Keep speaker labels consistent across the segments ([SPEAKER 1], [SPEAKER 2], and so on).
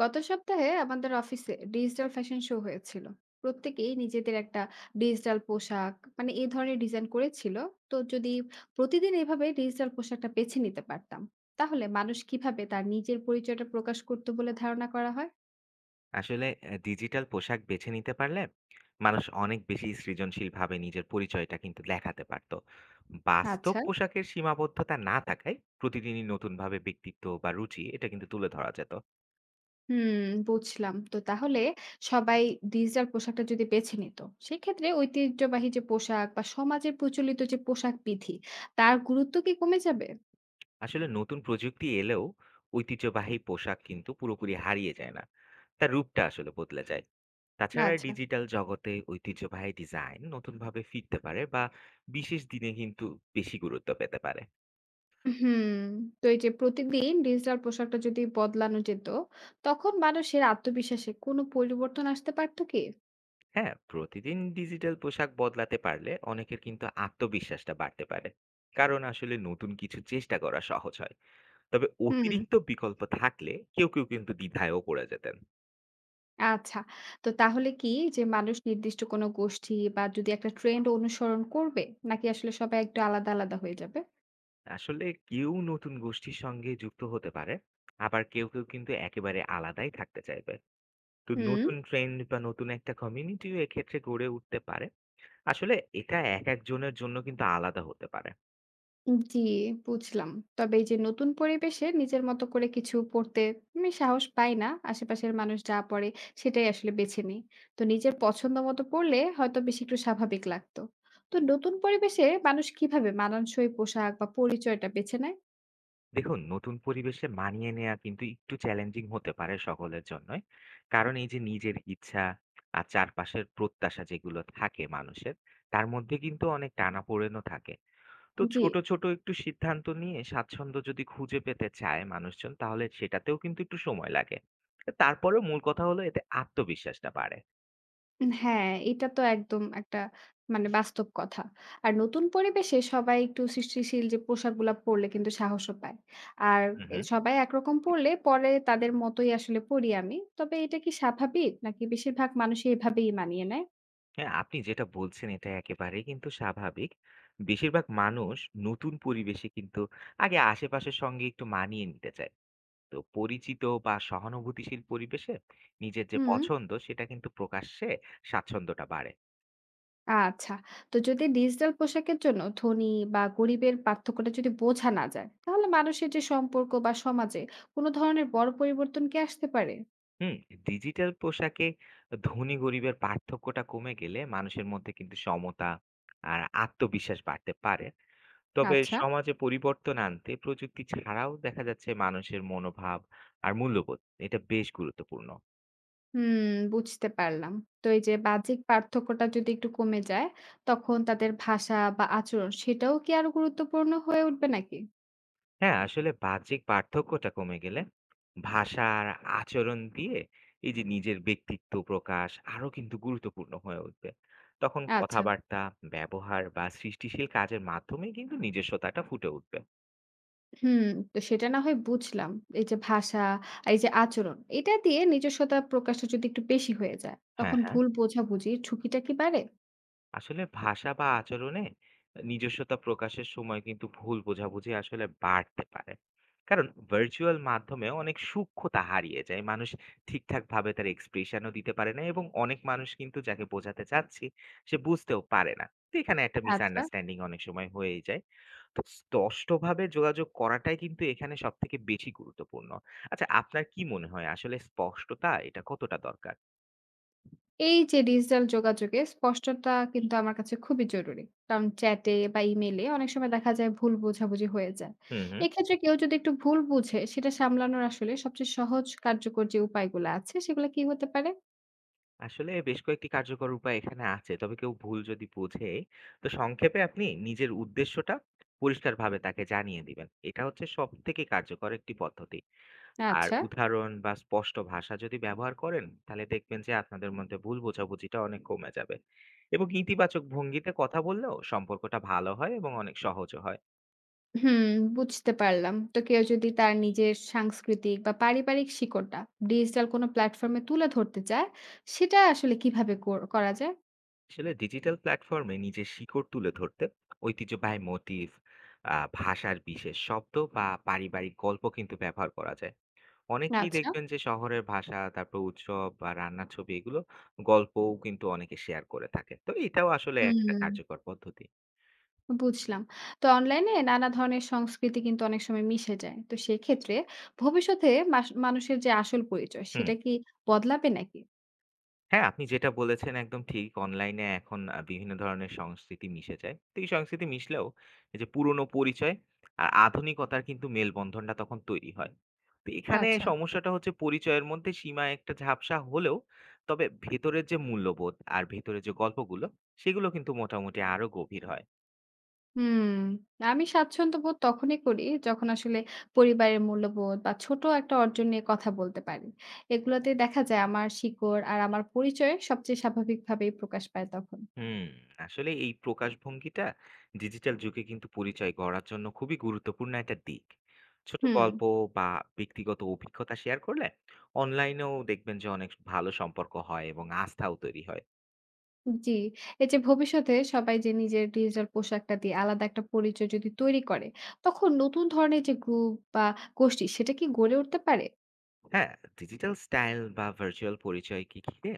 [SPEAKER 1] গত সপ্তাহে আমাদের অফিসে ডিজিটাল ফ্যাশন শো হয়েছিল। প্রত্যেকেই নিজেদের একটা ডিজিটাল পোশাক মানে এই ধরনের ডিজাইন করেছিল। তো যদি প্রতিদিন এভাবে ডিজিটাল পোশাকটা বেছে নিতে পারতাম, তাহলে মানুষ কিভাবে তার নিজের পরিচয়টা প্রকাশ করতো বলে ধারণা করা হয়?
[SPEAKER 2] আসলে ডিজিটাল পোশাক বেছে নিতে পারলে মানুষ অনেক বেশি সৃজনশীলভাবে নিজের পরিচয়টা কিন্তু দেখাতে পারত। বাস্তব
[SPEAKER 1] আচ্ছা।
[SPEAKER 2] পোশাকের সীমাবদ্ধতা না থাকায় প্রতিদিনই নতুনভাবে ব্যক্তিত্ব বা রুচি এটা কিন্তু তুলে ধরা যেত।
[SPEAKER 1] হুম। বুঝলাম, তো তাহলে সবাই ডিজিটাল পোশাকটা যদি বেছে নিত, সেক্ষেত্রে ঐতিহ্যবাহী যে পোশাক বা সমাজের প্রচলিত যে পোশাক বিধি, তার গুরুত্ব কি কমে যাবে?
[SPEAKER 2] আসলে নতুন প্রযুক্তি এলেও ঐতিহ্যবাহী পোশাক কিন্তু পুরোপুরি হারিয়ে যায় না। তার রূপটা আসলে বদলে যায়। তাছাড়া
[SPEAKER 1] আচ্ছা।
[SPEAKER 2] ডিজিটাল জগতে ঐতিহ্যবাহী ডিজাইন নতুনভাবে ফিরতে পারে বা বিশেষ দিনে কিন্তু বেশি গুরুত্ব পেতে পারে।
[SPEAKER 1] হুম, তো এই যে প্রতিদিন ডিজিটাল পোশাকটা যদি বদলানো যেত, তখন মানুষের আত্মবিশ্বাসে কোনো পরিবর্তন আসতে পারতো কি?
[SPEAKER 2] হ্যাঁ, প্রতিদিন ডিজিটাল পোশাক বদলাতে পারলে অনেকের কিন্তু আত্মবিশ্বাসটা বাড়তে পারে। কারণ আসলে নতুন কিছু চেষ্টা করা সহজ হয়। তবে
[SPEAKER 1] হুম,
[SPEAKER 2] অতিরিক্ত বিকল্প থাকলে কেউ কেউ কিন্তু দ্বিধায়ও পড়ে যেতেন।
[SPEAKER 1] আচ্ছা। তো তাহলে কি যে মানুষ নির্দিষ্ট কোনো গোষ্ঠী বা যদি একটা ট্রেন্ড অনুসরণ করবে, নাকি আসলে সবাই একটু আলাদা হয়ে যাবে?
[SPEAKER 2] আসলে কেউ নতুন গোষ্ঠীর সঙ্গে যুক্ত হতে পারে, আবার কেউ কেউ কিন্তু একেবারে আলাদাই থাকতে চাইবে। তো
[SPEAKER 1] হুম।
[SPEAKER 2] নতুন ট্রেন্ড বা নতুন একটা কমিউনিটিও এক্ষেত্রে গড়ে উঠতে পারে। আসলে এটা এক একজনের জন্য কিন্তু আলাদা হতে পারে।
[SPEAKER 1] জি, বুঝলাম। তবে এই যে নতুন পরিবেশে নিজের মতো করে কিছু পড়তে আমি সাহস পাই না। আশেপাশের মানুষ যা পড়ে সেটাই আসলে বেছে নিই। তো নিজের পছন্দ মতো পড়লে হয়তো বেশি একটু স্বাভাবিক লাগতো। তো নতুন পরিবেশে মানুষ কিভাবে মানানসই পোশাক বা পরিচয়টা বেছে নেয়?
[SPEAKER 2] দেখুন, নতুন পরিবেশে মানিয়ে নেয়া কিন্তু একটু চ্যালেঞ্জিং হতে পারে সকলের জন্যই। কারণ এই যে নিজের ইচ্ছা আর চারপাশের প্রত্যাশা যেগুলো থাকে মানুষের, তার মধ্যে কিন্তু অনেক টানাপোড়েনও থাকে। তো
[SPEAKER 1] জি।
[SPEAKER 2] ছোট, ছোট একটু সিদ্ধান্ত নিয়ে স্বাচ্ছন্দ্য যদি খুঁজে পেতে চায় মানুষজন, তাহলে সেটাতেও কিন্তু একটু সময় লাগে। তারপরেও মূল কথা হলো এতে আত্মবিশ্বাসটা বাড়ে।
[SPEAKER 1] হ্যাঁ, এটা তো একদম একটা মানে বাস্তব কথা। আর নতুন পরিবেশে সবাই একটু সৃষ্টিশীল যে পোশাকগুলা পরলে কিন্তু সাহসও পায়। আর
[SPEAKER 2] হুম,
[SPEAKER 1] এ
[SPEAKER 2] হুম।
[SPEAKER 1] সবাই একরকম পরলে পরে তাদের মতোই আসলে পড়ি আমি। তবে এটা কি স্বাভাবিক নাকি বেশিরভাগ মানুষই এভাবেই মানিয়ে নেয়?
[SPEAKER 2] হ্যাঁ, আপনি যেটা বলছেন এটা একেবারেই কিন্তু স্বাভাবিক। বেশিরভাগ মানুষ নতুন পরিবেশে কিন্তু আগে আশেপাশের সঙ্গে একটু মানিয়ে নিতে চায়। তো পরিচিত বা সহানুভূতিশীল পরিবেশে নিজের যে
[SPEAKER 1] হুম,
[SPEAKER 2] পছন্দ সেটা কিন্তু প্রকাশ্যে স্বাচ্ছন্দ্যটা বাড়ে।
[SPEAKER 1] আচ্ছা। তো যদি ডিজিটাল পোশাকের জন্য ধনী বা গরিবের পার্থক্যটা যদি বোঝা না যায়, তাহলে মানুষের যে সম্পর্ক বা সমাজে কোনো ধরনের বড় পরিবর্তন কি আসতে পারে?
[SPEAKER 2] হুম। ডিজিটাল পোশাকে ধনী গরিবের পার্থক্যটা কমে গেলে মানুষের মধ্যে কিন্তু সমতা আর আত্মবিশ্বাস বাড়তে পারে। তবে
[SPEAKER 1] আচ্ছা।
[SPEAKER 2] সমাজে পরিবর্তন আনতে প্রযুক্তি ছাড়াও দেখা যাচ্ছে মানুষের মনোভাব আর মূল্যবোধ এটা বেশ গুরুত্বপূর্ণ।
[SPEAKER 1] হুম, বুঝতে পারলাম। তো এই যে বাহ্যিক পার্থক্যটা যদি একটু কমে যায়, তখন তাদের ভাষা বা আচরণ সেটাও কি আরো গুরুত্বপূর্ণ হয়ে উঠবে নাকি?
[SPEAKER 2] হ্যাঁ, আসলে বাহ্যিক পার্থক্যটা কমে গেলে ভাষা আর আচরণ দিয়ে এই যে নিজের ব্যক্তিত্ব প্রকাশ আরো কিন্তু গুরুত্বপূর্ণ হয়ে উঠবে। তখন
[SPEAKER 1] আচ্ছা।
[SPEAKER 2] কথাবার্তা, ব্যবহার বা সৃষ্টিশীল কাজের মাধ্যমেই কিন্তু নিজস্বতাটা ফুটে উঠবে।
[SPEAKER 1] হুম, তো সেটা না হয় বুঝলাম। এই যে ভাষা, আর এই যে আচরণ, এটা দিয়ে নিজস্বতা প্রকাশটা যদি একটু বেশি হয়ে যায়,
[SPEAKER 2] হ্যাঁ,
[SPEAKER 1] তখন
[SPEAKER 2] হ্যাঁ।
[SPEAKER 1] ভুল বোঝাবুঝির ঝুঁকিটা কি বাড়ে?
[SPEAKER 2] আসলে ভাষা বা আচরণে নিজস্বতা প্রকাশের সময় কিন্তু ভুল বোঝাবুঝি আসলে বাড়তে পারে। কারণ ভার্চুয়াল মাধ্যমে অনেক সূক্ষ্মতা হারিয়ে যায়, মানুষ ঠিকঠাক ভাবে তার এক্সপ্রেশনও দিতে পারে না, এবং অনেক মানুষ কিন্তু যাকে বোঝাতে চাচ্ছি সে বুঝতেও পারে না। তো এখানে একটা
[SPEAKER 1] আচ্ছা।
[SPEAKER 2] মিসআন্ডারস্ট্যান্ডিং অনেক সময় হয়েই যায়। তো স্পষ্টভাবে যোগাযোগ করাটাই কিন্তু এখানে সব থেকে বেশি গুরুত্বপূর্ণ। আচ্ছা, আপনার কি মনে হয় আসলে স্পষ্টতা এটা কতটা দরকার?
[SPEAKER 1] এই যে ডিজিটাল যোগাযোগে স্পষ্টতা কিন্তু আমার কাছে খুবই জরুরি। কারণ চ্যাটে বা ইমেইলে অনেক সময় দেখা যায় ভুল বোঝাবুঝি হয়ে যায়।
[SPEAKER 2] হুম, হুম।
[SPEAKER 1] এক্ষেত্রে কেউ যদি একটু ভুল বুঝে সেটা সামলানোর আসলে সবচেয়ে সহজ কার্যকর যে উপায়গুলো আছে সেগুলো কি হতে পারে?
[SPEAKER 2] আসলে বেশ কয়েকটি কার্যকর উপায় এখানে আছে। তবে কেউ ভুল যদি বুঝে, তো সংক্ষেপে আপনি নিজের উদ্দেশ্যটা পরিষ্কারভাবে তাকে জানিয়ে দিবেন। এটা হচ্ছে সবথেকে কার্যকর একটি পদ্ধতি। আর
[SPEAKER 1] আচ্ছা।
[SPEAKER 2] উদাহরণ বা স্পষ্ট ভাষা যদি ব্যবহার করেন, তাহলে দেখবেন যে আপনাদের মধ্যে ভুল বোঝাবুঝিটা অনেক কমে যাবে। এবং ইতিবাচক ভঙ্গিতে কথা বললেও সম্পর্কটা ভালো হয় এবং অনেক সহজও হয়।
[SPEAKER 1] হুম, বুঝতে পারলাম। তো কেউ যদি তার নিজের সাংস্কৃতিক বা পারিবারিক শিকড়টা ডিজিটাল কোনো প্ল্যাটফর্মে তুলে ধরতে চায়, সেটা আসলে কিভাবে কর করা যায়?
[SPEAKER 2] আসলে ডিজিটাল প্ল্যাটফর্মে নিজের শিকড় তুলে ধরতে ঐতিহ্যবাহী মোটিভ, ভাষার বিশেষ শব্দ বা পারিবারিক গল্প কিন্তু ব্যবহার করা যায়। অনেকেই
[SPEAKER 1] আচ্ছা।
[SPEAKER 2] দেখবেন যে শহরের ভাষা, তারপর উৎসব বা রান্নার ছবি, এগুলো গল্পও কিন্তু অনেকে শেয়ার করে থাকে। তো এটাও আসলে একটা
[SPEAKER 1] হুম।
[SPEAKER 2] কার্যকর পদ্ধতি।
[SPEAKER 1] বুঝলাম। তো অনলাইনে নানা ধরনের সংস্কৃতি কিন্তু অনেক সময় মিশে যায়। তো সেক্ষেত্রে ভবিষ্যতে মাস মানুষের যে আসল পরিচয়
[SPEAKER 2] হুম।
[SPEAKER 1] সেটা কি বদলাবে নাকি?
[SPEAKER 2] হ্যাঁ, আপনি যেটা বলেছেন একদম ঠিক। অনলাইনে এখন বিভিন্ন ধরনের সংস্কৃতি মিশে যায়। তো এই সংস্কৃতি মিশলেও এই যে পুরনো পরিচয় আর আধুনিকতার কিন্তু মেলবন্ধনটা তখন তৈরি হয়। তো এখানে
[SPEAKER 1] আচ্ছা।
[SPEAKER 2] সমস্যাটা হচ্ছে পরিচয়ের মধ্যে সীমা একটা ঝাপসা হলেও তবে ভেতরের যে মূল্যবোধ আর ভেতরের যে গল্পগুলো সেগুলো কিন্তু মোটামুটি আরো গভীর হয়।
[SPEAKER 1] হুম। আমি স্বাচ্ছন্দ্যবোধ তখনই করি যখন আসলে পরিবারের মূল্যবোধ বা ছোট একটা অর্জন নিয়ে কথা বলতে পারি। এগুলোতে দেখা যায় আমার শিকড় আর আমার পরিচয় সবচেয়ে স্বাভাবিকভাবেই প্রকাশ পায় তখন।
[SPEAKER 2] হুম, আসলে এই প্রকাশভঙ্গিটা ডিজিটাল যুগে কিন্তু পরিচয় গড়ার জন্য খুবই গুরুত্বপূর্ণ একটা দিক। ছোট
[SPEAKER 1] হুম।
[SPEAKER 2] গল্প বা ব্যক্তিগত অভিজ্ঞতা শেয়ার করলে অনলাইনেও দেখবেন যে অনেক ভালো সম্পর্ক হয় এবং আস্থাও তৈরি হয়।
[SPEAKER 1] জি, এই যে ভবিষ্যতে সবাই যে নিজের ডিজিটাল পোশাকটা দিয়ে আলাদা একটা পরিচয় যদি তৈরি করে, তখন নতুন ধরনের যে গ্রুপ বা গোষ্ঠী সেটা কি গড়ে উঠতে পারে?
[SPEAKER 2] হ্যাঁ, ডিজিটাল স্টাইল বা ভার্চুয়াল পরিচয়কে ঘিরে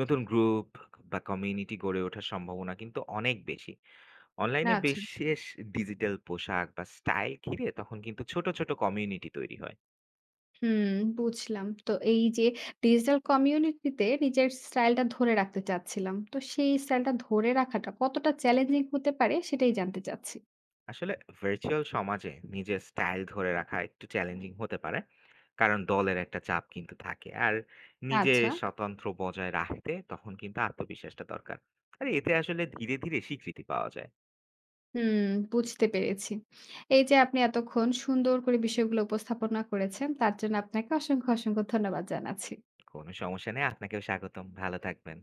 [SPEAKER 2] নতুন গ্রুপ বা কমিউনিটি গড়ে ওঠার সম্ভাবনা কিন্তু অনেক বেশি।
[SPEAKER 1] না
[SPEAKER 2] অনলাইনে
[SPEAKER 1] আচ্ছা,
[SPEAKER 2] বিশেষ ডিজিটাল পোশাক বা স্টাইল ঘিরে তখন কিন্তু ছোট, ছোট কমিউনিটি তৈরি হয়।
[SPEAKER 1] হুম, বুঝলাম। তো এই যে ডিজিটাল কমিউনিটিতে নিজের স্টাইলটা ধরে রাখতে চাচ্ছিলাম। তো সেই স্টাইলটা ধরে রাখাটা কতটা চ্যালেঞ্জিং হতে পারে সেটাই জানতে চাচ্ছি।
[SPEAKER 2] আসলে ভার্চুয়াল সমাজে নিজের স্টাইল ধরে রাখা একটু চ্যালেঞ্জিং হতে পারে। কারণ দলের একটা চাপ কিন্তু থাকে, আর নিজে
[SPEAKER 1] আচ্ছা,
[SPEAKER 2] স্বতন্ত্র বজায় রাখতে তখন কিন্তু আত্মবিশ্বাসটা দরকার। আর এতে আসলে ধীরে ধীরে স্বীকৃতি পাওয়া যায়।
[SPEAKER 1] হুম, বুঝতে পেরেছি। এই যে আপনি এতক্ষণ সুন্দর করে বিষয়গুলো উপস্থাপনা করেছেন তার জন্য আপনাকে অসংখ্য ধন্যবাদ জানাচ্ছি।
[SPEAKER 2] কোনো সমস্যা নেই, আপনাকেও স্বাগতম। ভালো থাকবেন।